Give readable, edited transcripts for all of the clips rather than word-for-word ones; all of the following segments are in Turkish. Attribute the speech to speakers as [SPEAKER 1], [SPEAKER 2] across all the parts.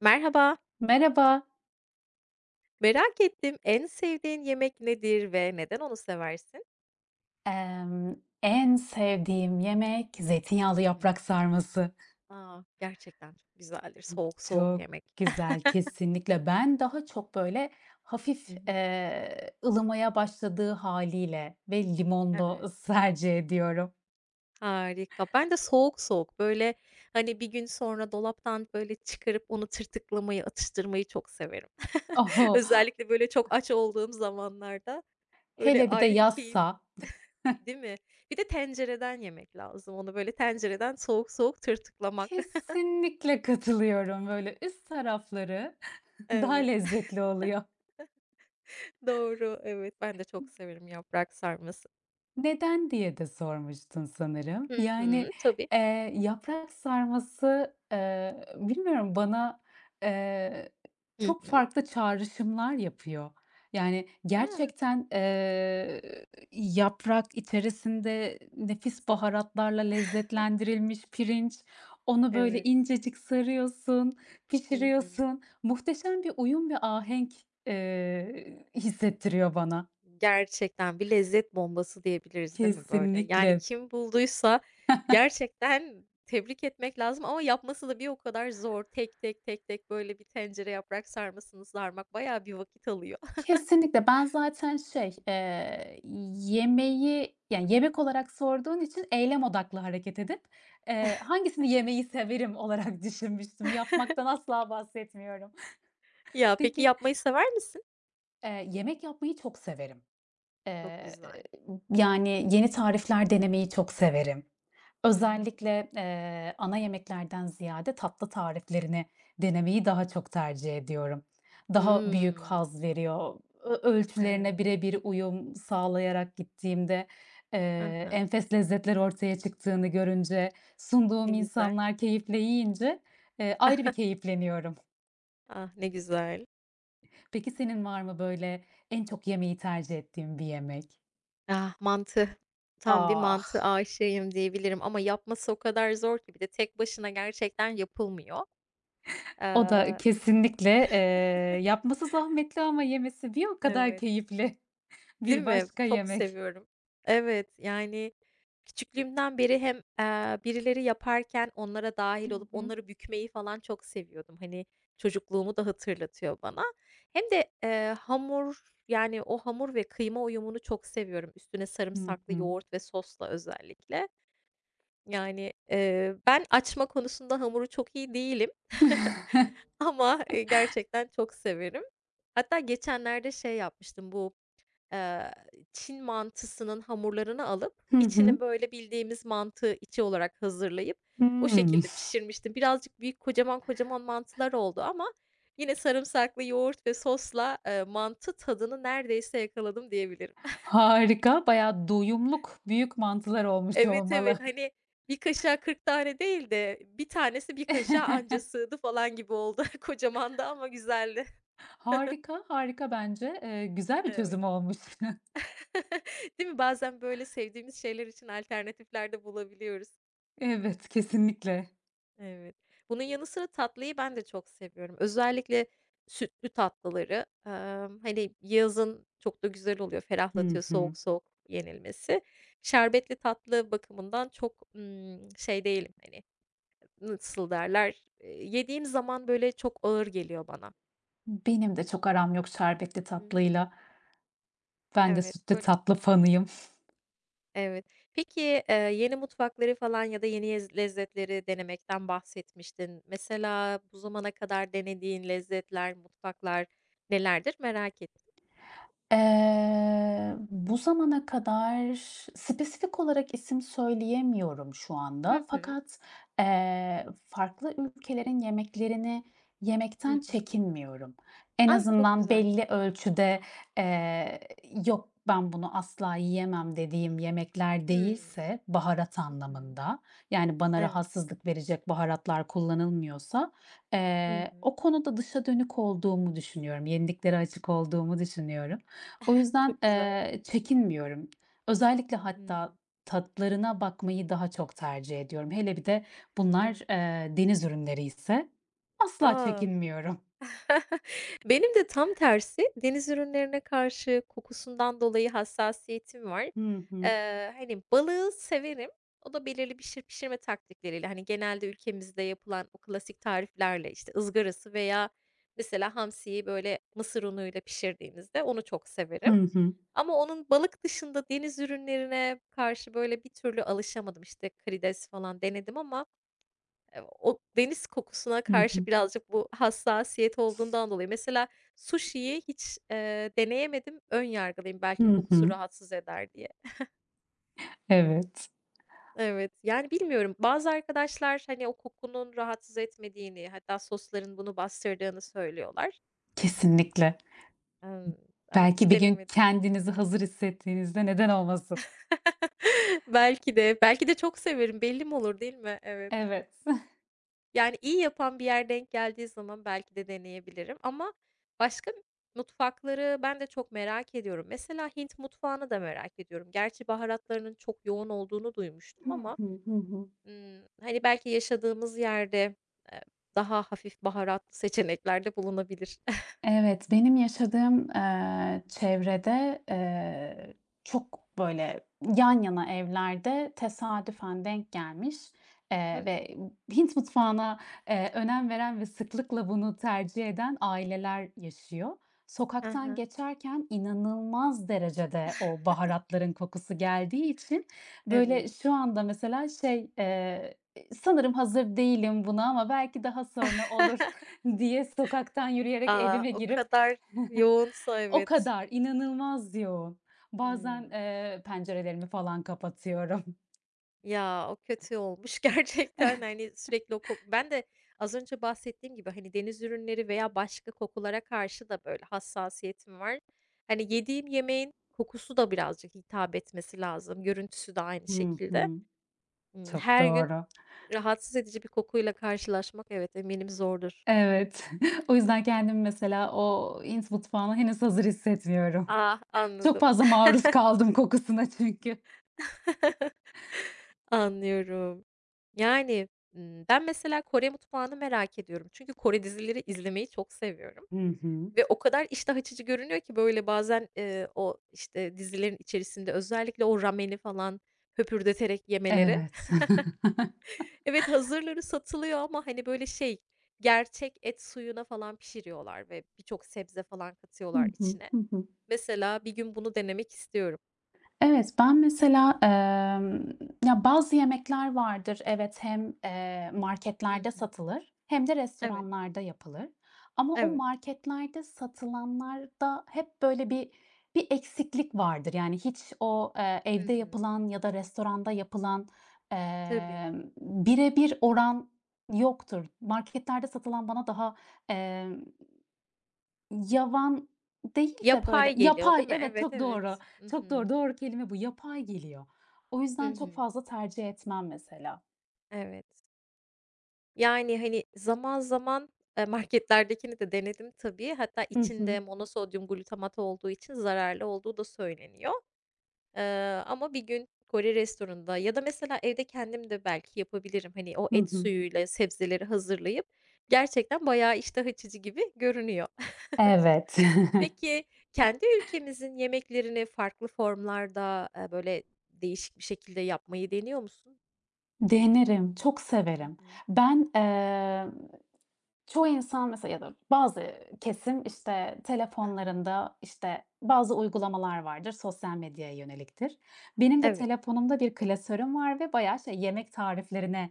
[SPEAKER 1] Merhaba,
[SPEAKER 2] Merhaba.
[SPEAKER 1] merak ettim, en sevdiğin yemek nedir ve neden onu seversin?
[SPEAKER 2] Emm, En sevdiğim yemek
[SPEAKER 1] Hı
[SPEAKER 2] zeytinyağlı
[SPEAKER 1] hı.
[SPEAKER 2] yaprak sarması.
[SPEAKER 1] A, gerçekten çok güzeldir soğuk soğuk
[SPEAKER 2] Çok
[SPEAKER 1] yemek.
[SPEAKER 2] güzel, kesinlikle. Ben daha çok, böyle,
[SPEAKER 1] Hı
[SPEAKER 2] hafif,
[SPEAKER 1] hı.
[SPEAKER 2] ılımaya başladığı haliyle ve
[SPEAKER 1] Evet.
[SPEAKER 2] limonlu tercih ediyorum.
[SPEAKER 1] Harika. Ben de soğuk soğuk, böyle, hani, bir gün sonra dolaptan, böyle, çıkarıp onu tırtıklamayı, atıştırmayı çok severim.
[SPEAKER 2] Oh,
[SPEAKER 1] Özellikle, böyle, çok aç olduğum zamanlarda, böyle,
[SPEAKER 2] hele bir de
[SPEAKER 1] ayrı bir keyif,
[SPEAKER 2] yazsa
[SPEAKER 1] değil mi? Bir de tencereden yemek lazım onu, böyle, tencereden soğuk soğuk tırtıklamak.
[SPEAKER 2] kesinlikle katılıyorum. Böyle üst tarafları daha
[SPEAKER 1] Evet.
[SPEAKER 2] lezzetli oluyor.
[SPEAKER 1] Doğru, evet. Ben de çok severim yaprak sarması.
[SPEAKER 2] Neden diye de sormuştun sanırım.
[SPEAKER 1] Hı
[SPEAKER 2] Yani,
[SPEAKER 1] hı, tabii.
[SPEAKER 2] yaprak sarması, bilmiyorum bana, eee,
[SPEAKER 1] Hı
[SPEAKER 2] çok
[SPEAKER 1] hı.
[SPEAKER 2] farklı çağrışımlar yapıyor. Yani
[SPEAKER 1] A!
[SPEAKER 2] gerçekten, yaprak içerisinde nefis baharatlarla lezzetlendirilmiş pirinç, onu böyle
[SPEAKER 1] Evet.
[SPEAKER 2] incecik sarıyorsun,
[SPEAKER 1] Hı hı.
[SPEAKER 2] pişiriyorsun. Muhteşem bir uyum ve ahenk, hissettiriyor bana.
[SPEAKER 1] Gerçekten bir lezzet bombası diyebiliriz, değil mi böyle? Yani
[SPEAKER 2] Kesinlikle.
[SPEAKER 1] kim bulduysa gerçekten tebrik etmek lazım ama yapması da bir o kadar zor. Tek tek, tek tek böyle bir tencere yaprak sarmasını sarmak bayağı bir vakit alıyor.
[SPEAKER 2] Kesinlikle. Ben zaten şey, yemeği, yani, yemek olarak sorduğun için eylem odaklı hareket edip, hangisini yemeyi severim olarak düşünmüştüm. Yapmaktan asla bahsetmiyorum.
[SPEAKER 1] Ya, peki
[SPEAKER 2] Peki,
[SPEAKER 1] yapmayı sever misin?
[SPEAKER 2] yemek yapmayı çok severim.
[SPEAKER 1] Çok
[SPEAKER 2] Eee,
[SPEAKER 1] güzel.
[SPEAKER 2] yani, yeni tarifler denemeyi çok severim.
[SPEAKER 1] Hı hı.
[SPEAKER 2] Özellikle, ana yemeklerden ziyade tatlı tariflerini denemeyi daha çok tercih ediyorum. Daha büyük
[SPEAKER 1] Hımm.
[SPEAKER 2] haz veriyor.
[SPEAKER 1] Evet.
[SPEAKER 2] Ölçülerine birebir uyum sağlayarak gittiğimde,
[SPEAKER 1] Hı
[SPEAKER 2] enfes lezzetler ortaya çıktığını görünce,
[SPEAKER 1] Ne
[SPEAKER 2] sunduğum
[SPEAKER 1] güzel.
[SPEAKER 2] insanlar keyifle yiyince, ayrı bir keyifleniyorum.
[SPEAKER 1] Ah, ne güzel.
[SPEAKER 2] Peki senin var mı böyle en çok yemeği tercih ettiğin bir yemek?
[SPEAKER 1] Ah, mantı. Tam bir
[SPEAKER 2] Ah!
[SPEAKER 1] mantı aşığıyım diyebilirim ama yapması o kadar zor ki bir de tek başına gerçekten yapılmıyor.
[SPEAKER 2] O da
[SPEAKER 1] Eee,
[SPEAKER 2] kesinlikle, yapması zahmetli ama yemesi bir o kadar
[SPEAKER 1] evet,
[SPEAKER 2] keyifli
[SPEAKER 1] değil
[SPEAKER 2] bir
[SPEAKER 1] mi?
[SPEAKER 2] başka
[SPEAKER 1] Çok
[SPEAKER 2] yemek.
[SPEAKER 1] seviyorum. Evet, yani küçüklüğümden beri hem, birileri yaparken onlara dahil
[SPEAKER 2] Hı
[SPEAKER 1] olup
[SPEAKER 2] hı.
[SPEAKER 1] onları bükmeyi falan çok seviyordum. Hani, çocukluğumu da hatırlatıyor bana. Hem de, hamur, yani o hamur ve kıyma uyumunu çok seviyorum. Üstüne
[SPEAKER 2] Hı
[SPEAKER 1] sarımsaklı
[SPEAKER 2] hı.
[SPEAKER 1] yoğurt ve sosla özellikle. Yani, ben açma konusunda hamuru çok iyi değilim ama, gerçekten çok severim. Hatta geçenlerde şey yapmıştım, bu, eee, Çin mantısının hamurlarını alıp
[SPEAKER 2] Hı hı.
[SPEAKER 1] içini böyle bildiğimiz mantı içi olarak hazırlayıp o
[SPEAKER 2] Hımm.
[SPEAKER 1] şekilde pişirmiştim. Birazcık büyük, kocaman kocaman mantılar oldu ama yine sarımsaklı yoğurt ve sosla, mantı tadını neredeyse yakaladım diyebilirim.
[SPEAKER 2] Harika, bayağı doyumluk büyük mantılar olmuş
[SPEAKER 1] Evet, evet.
[SPEAKER 2] olmalı.
[SPEAKER 1] Hani, bir kaşığa 40 tane değil de bir tanesi bir kaşığa anca sığdı falan gibi oldu. Kocamandı ama güzeldi.
[SPEAKER 2] Harika, harika bence. Güzel bir
[SPEAKER 1] Evet.
[SPEAKER 2] çözüm olmuş.
[SPEAKER 1] Değil mi? Bazen böyle sevdiğimiz şeyler için alternatifler de bulabiliyoruz.
[SPEAKER 2] Evet, kesinlikle.
[SPEAKER 1] Evet. Bunun yanı sıra tatlıyı ben de çok seviyorum. Özellikle sütlü tatlıları. Hani, yazın çok da güzel oluyor,
[SPEAKER 2] Hı
[SPEAKER 1] ferahlatıyor soğuk
[SPEAKER 2] hı.
[SPEAKER 1] soğuk yenilmesi. Şerbetli tatlı bakımından çok, şey değilim, hani, nasıl derler, yediğim zaman, böyle, çok ağır geliyor bana.
[SPEAKER 2] Benim de çok aram yok şerbetli
[SPEAKER 1] Hı hı.
[SPEAKER 2] tatlıyla. Ben de
[SPEAKER 1] Evet,
[SPEAKER 2] sütlü
[SPEAKER 1] böyle
[SPEAKER 2] tatlı fanıyım.
[SPEAKER 1] Evet. Peki, yeni mutfakları falan ya da yeni lezzetleri denemekten bahsetmiştin. Mesela bu zamana kadar denediğin lezzetler, mutfaklar nelerdir merak ettim.
[SPEAKER 2] Bu zamana kadar spesifik olarak isim söyleyemiyorum şu
[SPEAKER 1] Hı
[SPEAKER 2] anda
[SPEAKER 1] hı.
[SPEAKER 2] fakat, farklı ülkelerin yemeklerini
[SPEAKER 1] Hı
[SPEAKER 2] yemekten
[SPEAKER 1] hı.
[SPEAKER 2] çekinmiyorum. En
[SPEAKER 1] Ah, çok
[SPEAKER 2] azından
[SPEAKER 1] güzel.
[SPEAKER 2] belli ölçüde, eee, "Yok, ben bunu asla yiyemem." dediğim yemekler
[SPEAKER 1] Hımm.
[SPEAKER 2] değilse baharat
[SPEAKER 1] Hı hı.
[SPEAKER 2] anlamında, yani bana
[SPEAKER 1] Evet.
[SPEAKER 2] rahatsızlık verecek baharatlar kullanılmıyorsa,
[SPEAKER 1] Hı hı.
[SPEAKER 2] o konuda dışa dönük olduğumu düşünüyorum, yeniliklere açık olduğumu düşünüyorum. O yüzden,
[SPEAKER 1] Çok güzel.
[SPEAKER 2] çekinmiyorum. Özellikle hatta
[SPEAKER 1] Hımm.
[SPEAKER 2] tatlarına bakmayı daha çok tercih ediyorum. Hele bir de bunlar,
[SPEAKER 1] Evet.
[SPEAKER 2] deniz ürünleri ise asla
[SPEAKER 1] A!
[SPEAKER 2] çekinmiyorum.
[SPEAKER 1] Benim de tam tersi, deniz ürünlerine karşı kokusundan dolayı hassasiyetim var.
[SPEAKER 2] Hı hı.
[SPEAKER 1] Hani, balığı severim. O da belirli pişirme taktikleriyle, hani, genelde ülkemizde yapılan o klasik tariflerle, işte, ızgarası veya mesela hamsiyi, böyle, mısır unuyla pişirdiğimizde onu çok
[SPEAKER 2] Hı
[SPEAKER 1] severim.
[SPEAKER 2] hı.
[SPEAKER 1] Ama onun balık dışında deniz ürünlerine karşı, böyle, bir türlü alışamadım. İşte, karides falan denedim ama o deniz kokusuna
[SPEAKER 2] Hı
[SPEAKER 1] karşı
[SPEAKER 2] hı.
[SPEAKER 1] birazcık bu hassasiyet olduğundan dolayı. Mesela sushiyi hiç, deneyemedim. Ön yargılıyım belki
[SPEAKER 2] Hı
[SPEAKER 1] kokusu
[SPEAKER 2] hı.
[SPEAKER 1] rahatsız eder diye.
[SPEAKER 2] Evet,
[SPEAKER 1] Evet, yani bilmiyorum. Bazı arkadaşlar, hani, o kokunun rahatsız etmediğini hatta sosların bunu bastırdığını söylüyorlar.
[SPEAKER 2] kesinlikle.
[SPEAKER 1] Emm, ama
[SPEAKER 2] Belki
[SPEAKER 1] hiç
[SPEAKER 2] bir gün
[SPEAKER 1] denemedim.
[SPEAKER 2] kendinizi hazır hissettiğinizde neden olmasın.
[SPEAKER 1] Belki de, belki de çok severim belli mi olur, değil mi? Evet.
[SPEAKER 2] Evet.
[SPEAKER 1] Yani, iyi yapan bir yer denk geldiği zaman belki de deneyebilirim ama başka mutfakları ben de çok merak ediyorum. Mesela Hint mutfağını da merak ediyorum. Gerçi baharatlarının çok yoğun olduğunu duymuştum
[SPEAKER 2] Hı
[SPEAKER 1] ama,
[SPEAKER 2] hı. Hı hı.
[SPEAKER 1] hani, belki yaşadığımız yerde, eee, daha hafif baharatlı seçeneklerde bulunabilir.
[SPEAKER 2] Evet, benim yaşadığım, çevrede, çok böyle yan yana evlerde tesadüfen denk gelmiş,
[SPEAKER 1] Hı hı.
[SPEAKER 2] ve Hint mutfağına, önem veren ve sıklıkla bunu tercih eden aileler yaşıyor. Sokaktan
[SPEAKER 1] Hı
[SPEAKER 2] geçerken inanılmaz derecede o baharatların kokusu geldiği için,
[SPEAKER 1] Evet.
[SPEAKER 2] böyle, şu anda mesela şey, sanırım hazır değilim buna ama belki daha sonra olur diye sokaktan yürüyerek
[SPEAKER 1] Aa
[SPEAKER 2] evime
[SPEAKER 1] o
[SPEAKER 2] girip
[SPEAKER 1] kadar yoğunsa
[SPEAKER 2] o
[SPEAKER 1] evet.
[SPEAKER 2] kadar inanılmaz yoğun.
[SPEAKER 1] Hımm.
[SPEAKER 2] Bazen, pencerelerimi falan kapatıyorum.
[SPEAKER 1] Ya, o kötü olmuş gerçekten, hani, sürekli o koku. Ben de az önce bahsettiğim gibi, hani, deniz ürünleri veya başka kokulara karşı da, böyle, hassasiyetim var. Hani, yediğim yemeğin kokusu da birazcık hitap etmesi lazım, görüntüsü de aynı
[SPEAKER 2] Hı
[SPEAKER 1] şekilde.
[SPEAKER 2] hı. Çok
[SPEAKER 1] Her gün
[SPEAKER 2] doğru.
[SPEAKER 1] rahatsız edici bir kokuyla karşılaşmak, evet, eminim zordur.
[SPEAKER 2] Evet. O yüzden kendimi mesela o Hint mutfağına henüz hazır hissetmiyorum.
[SPEAKER 1] Ah,
[SPEAKER 2] Çok
[SPEAKER 1] anladım.
[SPEAKER 2] fazla maruz kaldım kokusuna çünkü.
[SPEAKER 1] Anlıyorum. Yani, ben mesela Kore mutfağını merak ediyorum. Çünkü Kore dizileri izlemeyi çok seviyorum.
[SPEAKER 2] Hı hı.
[SPEAKER 1] Ve o kadar iştah açıcı görünüyor ki, böyle, bazen, o, işte, dizilerin içerisinde özellikle o rameni falan höpürdeterek yemeleri.
[SPEAKER 2] Evet.
[SPEAKER 1] Evet, hazırları satılıyor ama, hani, böyle, şey, gerçek et suyuna falan pişiriyorlar ve birçok sebze falan
[SPEAKER 2] Hı
[SPEAKER 1] katıyorlar
[SPEAKER 2] hı.
[SPEAKER 1] içine.
[SPEAKER 2] Hı hı.
[SPEAKER 1] Mesela bir gün bunu denemek istiyorum.
[SPEAKER 2] Evet, ben mesela, ya, bazı yemekler vardır, evet, hem,
[SPEAKER 1] Hı
[SPEAKER 2] marketlerde
[SPEAKER 1] hı.
[SPEAKER 2] satılır hem de
[SPEAKER 1] Evet,
[SPEAKER 2] restoranlarda yapılır ama o
[SPEAKER 1] evet.
[SPEAKER 2] marketlerde satılanlarda hep böyle bir eksiklik vardır. Yani hiç o,
[SPEAKER 1] Hı
[SPEAKER 2] evde
[SPEAKER 1] hı.
[SPEAKER 2] yapılan ya da restoranda yapılan,
[SPEAKER 1] Tabii.
[SPEAKER 2] bire oran yoktur. Marketlerde satılan bana daha, yavan değil de
[SPEAKER 1] Yapay
[SPEAKER 2] böyle
[SPEAKER 1] geliyor,
[SPEAKER 2] yapay,
[SPEAKER 1] değil mi?
[SPEAKER 2] evet,
[SPEAKER 1] Evet,
[SPEAKER 2] çok doğru.
[SPEAKER 1] evet. Hı
[SPEAKER 2] Çok
[SPEAKER 1] hı.
[SPEAKER 2] doğru, doğru kelime bu. Yapay geliyor. O
[SPEAKER 1] Hı
[SPEAKER 2] yüzden çok
[SPEAKER 1] hı.
[SPEAKER 2] fazla tercih etmem mesela.
[SPEAKER 1] Evet. Yani, hani, zaman zaman, marketlerdekini de denedim tabii. Hatta
[SPEAKER 2] Hı
[SPEAKER 1] içinde
[SPEAKER 2] hı.
[SPEAKER 1] monosodyum glutamat olduğu için zararlı olduğu da söyleniyor. Eee, ama bir gün Kore restoranında ya da mesela evde kendim de belki yapabilirim. Hani, o
[SPEAKER 2] Hı
[SPEAKER 1] et
[SPEAKER 2] hı.
[SPEAKER 1] suyuyla sebzeleri hazırlayıp gerçekten bayağı iştah açıcı gibi görünüyor.
[SPEAKER 2] Evet.
[SPEAKER 1] Peki, kendi ülkemizin yemeklerini farklı formlarda, böyle, değişik bir şekilde yapmayı deniyor musun?
[SPEAKER 2] Denerim, çok
[SPEAKER 1] Hı
[SPEAKER 2] severim.
[SPEAKER 1] hı.
[SPEAKER 2] Ben, eee Çoğu insan mesela ya da bazı kesim, işte,
[SPEAKER 1] Hı hı.
[SPEAKER 2] telefonlarında, işte, bazı uygulamalar vardır, sosyal medyaya yöneliktir. Benim de
[SPEAKER 1] Evet.
[SPEAKER 2] telefonumda bir klasörüm var ve bayağı şey, yemek tariflerine,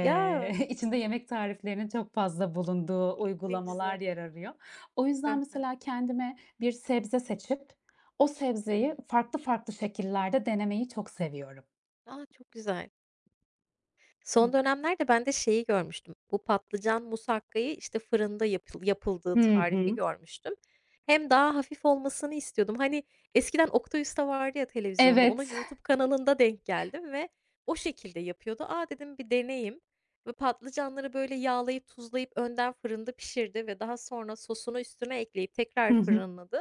[SPEAKER 1] Ya!
[SPEAKER 2] içinde yemek tariflerinin çok fazla bulunduğu
[SPEAKER 1] Ne
[SPEAKER 2] uygulamalar
[SPEAKER 1] güzel.
[SPEAKER 2] yer arıyor. O yüzden
[SPEAKER 1] Hı hı.
[SPEAKER 2] mesela kendime bir sebze seçip o
[SPEAKER 1] Hı
[SPEAKER 2] sebzeyi
[SPEAKER 1] hı.
[SPEAKER 2] farklı farklı şekillerde denemeyi çok seviyorum.
[SPEAKER 1] A, çok güzel. Son
[SPEAKER 2] Hı.
[SPEAKER 1] dönemlerde ben de şeyi görmüştüm. Bu patlıcan musakkayı, işte, fırında yapıldığı tarifi
[SPEAKER 2] Hı.
[SPEAKER 1] görmüştüm. Hem daha hafif olmasını istiyordum. Hani, eskiden Oktay Usta vardı ya televizyonda, onun
[SPEAKER 2] Evet.
[SPEAKER 1] YouTube kanalında denk geldim ve o şekilde yapıyordu. "A," dedim, "bir deneyeyim." Ve patlıcanları, böyle, yağlayıp tuzlayıp önden fırında pişirdi ve daha sonra sosunu üstüne ekleyip tekrar
[SPEAKER 2] Hı hı.
[SPEAKER 1] fırınladı.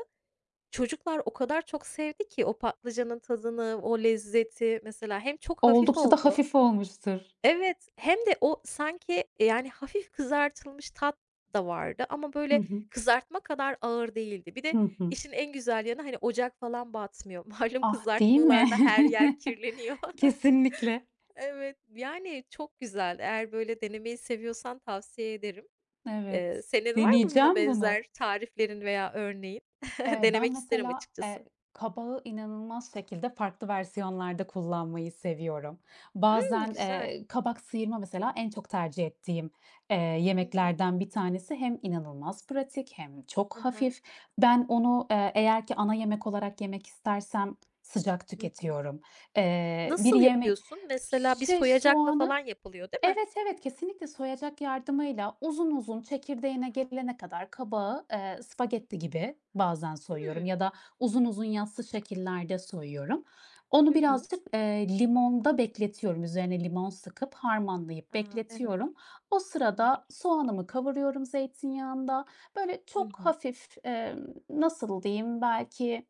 [SPEAKER 1] Çocuklar o kadar çok sevdi ki o patlıcanın tadını, o lezzeti mesela hem çok hafif
[SPEAKER 2] Oldukça da
[SPEAKER 1] oldu
[SPEAKER 2] hafif olmuştur.
[SPEAKER 1] Evet, hem de o sanki, yani, hafif kızartılmış tat da vardı ama
[SPEAKER 2] Hı
[SPEAKER 1] böyle
[SPEAKER 2] hı.
[SPEAKER 1] kızartma kadar ağır değildi. Bir de
[SPEAKER 2] Hı hı.
[SPEAKER 1] işin en güzel yanı, hani, ocak falan batmıyor. Malum
[SPEAKER 2] Ah, değil mi?
[SPEAKER 1] kızartmalarda her yer kirleniyor.
[SPEAKER 2] Kesinlikle.
[SPEAKER 1] Evet, yani, çok güzel. Eğer böyle denemeyi seviyorsan tavsiye ederim.
[SPEAKER 2] Evet,
[SPEAKER 1] Senin var mı buna
[SPEAKER 2] deneyeceğim bunu.
[SPEAKER 1] benzer tariflerin veya örneğin?
[SPEAKER 2] Ben
[SPEAKER 1] Denemek isterim
[SPEAKER 2] mesela,
[SPEAKER 1] açıkçası.
[SPEAKER 2] kabağı inanılmaz şekilde farklı versiyonlarda kullanmayı seviyorum.
[SPEAKER 1] Hımm,
[SPEAKER 2] Bazen,
[SPEAKER 1] güzel.
[SPEAKER 2] kabak sıyırma mesela en çok tercih ettiğim,
[SPEAKER 1] Hı hı.
[SPEAKER 2] yemeklerden bir tanesi. Hem inanılmaz pratik hem çok
[SPEAKER 1] Hı
[SPEAKER 2] hafif. Ben onu, eğer ki ana yemek olarak yemek istersem sıcak
[SPEAKER 1] Hı hı.
[SPEAKER 2] tüketiyorum. Bir
[SPEAKER 1] Nasıl
[SPEAKER 2] yeme
[SPEAKER 1] yapıyorsun? Mesela bir
[SPEAKER 2] Şey,
[SPEAKER 1] soyacakla falan yapılıyor, değil mi?
[SPEAKER 2] evet, evet, kesinlikle soyacak yardımıyla uzun uzun çekirdeğine gelene kadar kabağı,
[SPEAKER 1] Hı
[SPEAKER 2] spagetti
[SPEAKER 1] hı.
[SPEAKER 2] gibi bazen soyuyorum ya
[SPEAKER 1] Hımm.
[SPEAKER 2] da uzun uzun yassı şekillerde soyuyorum.
[SPEAKER 1] Hı
[SPEAKER 2] Onu
[SPEAKER 1] hı.
[SPEAKER 2] birazcık, limonda bekletiyorum. Üzerine limon sıkıp harmanlayıp
[SPEAKER 1] A, evet.
[SPEAKER 2] bekletiyorum. O
[SPEAKER 1] Hı hı.
[SPEAKER 2] sırada soğanımı kavuruyorum zeytinyağında. Böyle
[SPEAKER 1] Hı
[SPEAKER 2] çok
[SPEAKER 1] hı.
[SPEAKER 2] hafif, nasıl diyeyim, belki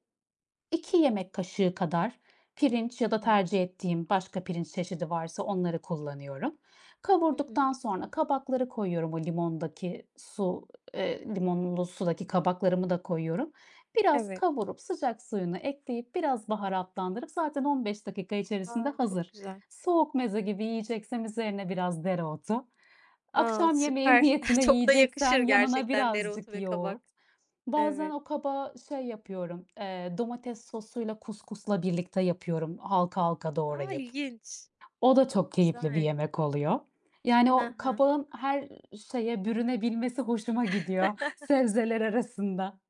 [SPEAKER 2] 2 yemek kaşığı kadar pirinç ya
[SPEAKER 1] Hı
[SPEAKER 2] da
[SPEAKER 1] hı.
[SPEAKER 2] tercih ettiğim başka pirinç çeşidi varsa onları kullanıyorum.
[SPEAKER 1] Hı hı.
[SPEAKER 2] Kavurduktan sonra kabakları koyuyorum. Limonlu sudaki kabaklarımı da koyuyorum. Biraz
[SPEAKER 1] Evet.
[SPEAKER 2] kavurup sıcak suyunu ekleyip biraz baharatlandırıp zaten 15 dakika içerisinde
[SPEAKER 1] A, çok
[SPEAKER 2] hazır.
[SPEAKER 1] güzel.
[SPEAKER 2] Soğuk meze gibi yiyeceksem üzerine biraz dereotu.
[SPEAKER 1] A,
[SPEAKER 2] Akşam yemeği
[SPEAKER 1] süper.
[SPEAKER 2] niyetine
[SPEAKER 1] Çok da yakışır
[SPEAKER 2] yiyeceksem yanına
[SPEAKER 1] gerçekten dereotu
[SPEAKER 2] birazcık
[SPEAKER 1] ve kabak.
[SPEAKER 2] yoğurt. Bazen
[SPEAKER 1] Evet.
[SPEAKER 2] o kaba şey yapıyorum, domates sosuyla kuskusla birlikte yapıyorum halka halka
[SPEAKER 1] A,
[SPEAKER 2] doğrayıp.
[SPEAKER 1] ilginç.
[SPEAKER 2] O da çok keyifli bir
[SPEAKER 1] Güzel.
[SPEAKER 2] yemek oluyor. Yani
[SPEAKER 1] Hı
[SPEAKER 2] o
[SPEAKER 1] hı.
[SPEAKER 2] kabağın her şeye bürünebilmesi hoşuma gidiyor sebzeler arasında.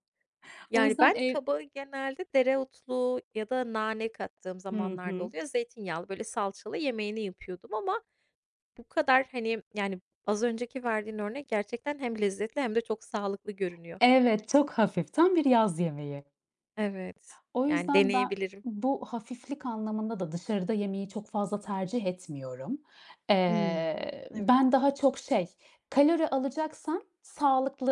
[SPEAKER 2] O
[SPEAKER 1] Yani,
[SPEAKER 2] yüzden
[SPEAKER 1] ben
[SPEAKER 2] ev
[SPEAKER 1] kabağı genelde dereotlu ya da nane kattığım
[SPEAKER 2] Hı
[SPEAKER 1] zamanlarda
[SPEAKER 2] hı.
[SPEAKER 1] oluyor. Zeytinyağlı, böyle, salçalı yemeğini yapıyordum ama bu kadar, hani, yani, az önceki verdiğin örnek gerçekten hem lezzetli hem de çok sağlıklı görünüyor.
[SPEAKER 2] Evet, çok hafif, tam bir yaz yemeği.
[SPEAKER 1] Evet,
[SPEAKER 2] O
[SPEAKER 1] yani,
[SPEAKER 2] yüzden ben
[SPEAKER 1] deneyebilirim.
[SPEAKER 2] bu hafiflik anlamında da dışarıda yemeyi çok fazla tercih etmiyorum.
[SPEAKER 1] Hımm. Evet.
[SPEAKER 2] Ben daha çok şey, kalori alacaksan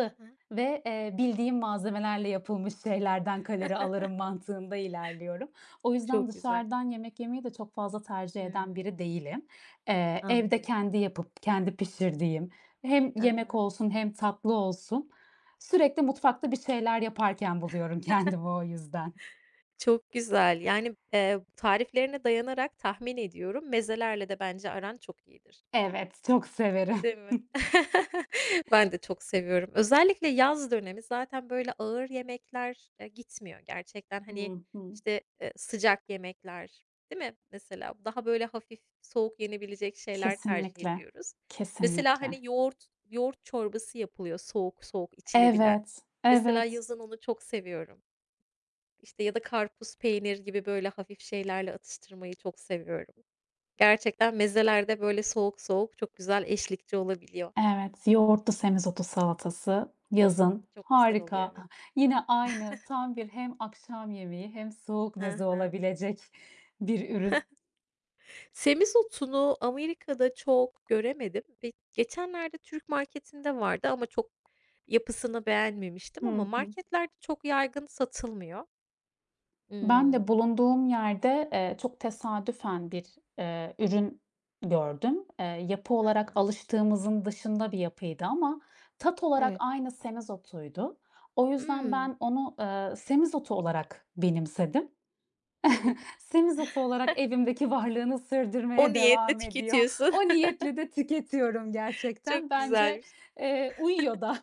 [SPEAKER 1] Hı hı.
[SPEAKER 2] ve, bildiğim malzemelerle yapılmış şeylerden kalori alırım mantığında ilerliyorum. O yüzden
[SPEAKER 1] Çok güzel.
[SPEAKER 2] dışarıdan yemek yemeyi de çok fazla tercih eden biri
[SPEAKER 1] Hımm,
[SPEAKER 2] değilim. Evde
[SPEAKER 1] anlıyorum.
[SPEAKER 2] kendi yapıp kendi pişirdiğim hem
[SPEAKER 1] Hı
[SPEAKER 2] yemek
[SPEAKER 1] hı.
[SPEAKER 2] olsun hem tatlı olsun sürekli mutfakta bir şeyler yaparken buluyorum kendimi o yüzden.
[SPEAKER 1] Çok güzel. Yani, tariflerine dayanarak tahmin ediyorum, mezelerle de bence aran çok iyidir.
[SPEAKER 2] Evet, çok severim.
[SPEAKER 1] Değil mi? Ben de çok seviyorum. Özellikle yaz dönemi zaten böyle ağır yemekler, gitmiyor gerçekten. Hani,
[SPEAKER 2] Hı hı.
[SPEAKER 1] işte, sıcak yemekler, değil mi? Mesela daha böyle hafif, soğuk yenebilecek şeyler tercih
[SPEAKER 2] Kesinlikle,
[SPEAKER 1] ediyoruz. Mesela,
[SPEAKER 2] kesinlikle.
[SPEAKER 1] hani, yoğurt çorbası yapılıyor soğuk soğuk içilebilen.
[SPEAKER 2] Evet,
[SPEAKER 1] Mesela
[SPEAKER 2] evet,
[SPEAKER 1] yazın onu çok seviyorum. İşte, ya da karpuz, peynir gibi böyle hafif şeylerle atıştırmayı çok seviyorum. Gerçekten mezelerde böyle soğuk soğuk çok güzel eşlikçi olabiliyor.
[SPEAKER 2] evet. Yoğurtlu semizotu salatası yazın
[SPEAKER 1] Çok güzel oluyor,
[SPEAKER 2] harika.
[SPEAKER 1] evet.
[SPEAKER 2] Yine aynı tam bir hem akşam yemeği hem soğuk
[SPEAKER 1] Hı
[SPEAKER 2] meze
[SPEAKER 1] hı.
[SPEAKER 2] olabilecek bir ürün.
[SPEAKER 1] Semizotunu Amerika'da çok göremedim ve geçenlerde Türk marketinde vardı ama çok yapısını beğenmemiştim ama
[SPEAKER 2] Hı hı.
[SPEAKER 1] marketlerde çok yaygın satılmıyor.
[SPEAKER 2] Ben
[SPEAKER 1] Imm.
[SPEAKER 2] de bulunduğum yerde, çok
[SPEAKER 1] Hı hı.
[SPEAKER 2] tesadüfen bir, ürün gördüm. Yapı
[SPEAKER 1] Hı
[SPEAKER 2] olarak
[SPEAKER 1] hı.
[SPEAKER 2] alıştığımızın dışında bir yapıydı ama tat olarak
[SPEAKER 1] Evet.
[SPEAKER 2] aynı semizotuydu. O yüzden
[SPEAKER 1] Hımm,
[SPEAKER 2] ben onu, semizotu olarak benimsedim.
[SPEAKER 1] evet.
[SPEAKER 2] Semizotu olarak evimdeki varlığını
[SPEAKER 1] O
[SPEAKER 2] sürdürmeye
[SPEAKER 1] niyetle
[SPEAKER 2] devam ediyor.
[SPEAKER 1] tüketiyorsun.
[SPEAKER 2] O niyetle de tüketiyorum
[SPEAKER 1] Çok
[SPEAKER 2] gerçekten. Bence,
[SPEAKER 1] güzelmiş,
[SPEAKER 2] uyuyor da.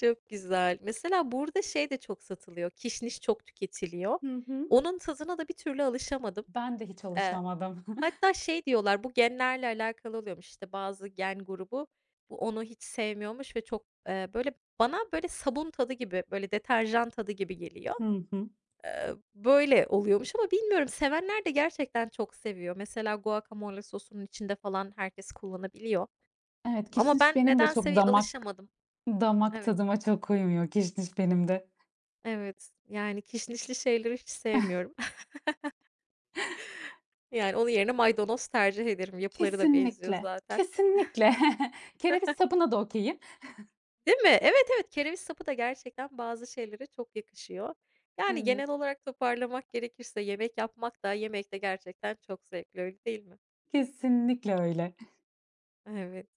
[SPEAKER 1] çok güzel. Mesela burada şey de çok satılıyor, kişniş çok tüketiliyor.
[SPEAKER 2] Hı hı.
[SPEAKER 1] Onun tadına da bir türlü alışamadım.
[SPEAKER 2] Ben de hiç
[SPEAKER 1] Eee,
[SPEAKER 2] alışamadım.
[SPEAKER 1] hatta şey diyorlar, bu genlerle alakalı oluyormuş, işte, bazı gen grubu bu onu hiç sevmiyormuş ve çok, böyle, bana, böyle, sabun tadı gibi, böyle, deterjan tadı gibi geliyor.
[SPEAKER 2] Hı hı.
[SPEAKER 1] Böyle oluyormuş ama bilmiyorum, sevenler de gerçekten çok seviyor. Mesela guacamole sosunun içinde falan herkes kullanabiliyor
[SPEAKER 2] Evet,
[SPEAKER 1] ama
[SPEAKER 2] kişniş
[SPEAKER 1] ben
[SPEAKER 2] benim de
[SPEAKER 1] nedense
[SPEAKER 2] çok
[SPEAKER 1] bir
[SPEAKER 2] damak
[SPEAKER 1] alışamadım.
[SPEAKER 2] Damak
[SPEAKER 1] Evet,
[SPEAKER 2] tadıma çok uymuyor kişniş benim de.
[SPEAKER 1] evet. Yani kişnişli şeyleri hiç sevmiyorum. Yani onun yerine maydanoz tercih ederim. Yapıları da benziyor
[SPEAKER 2] Kesinlikle,
[SPEAKER 1] zaten.
[SPEAKER 2] kesinlikle. Kereviz sapına da okay'im.
[SPEAKER 1] Değil mi? Evet, evet, kereviz sapı da gerçekten bazı şeylere çok yakışıyor. Yani
[SPEAKER 2] Evet,
[SPEAKER 1] genel olarak toparlamak gerekirse yemek yapmak da yemek de gerçekten çok zevkli, öyle değil mi?
[SPEAKER 2] kesinlikle öyle.
[SPEAKER 1] Evet.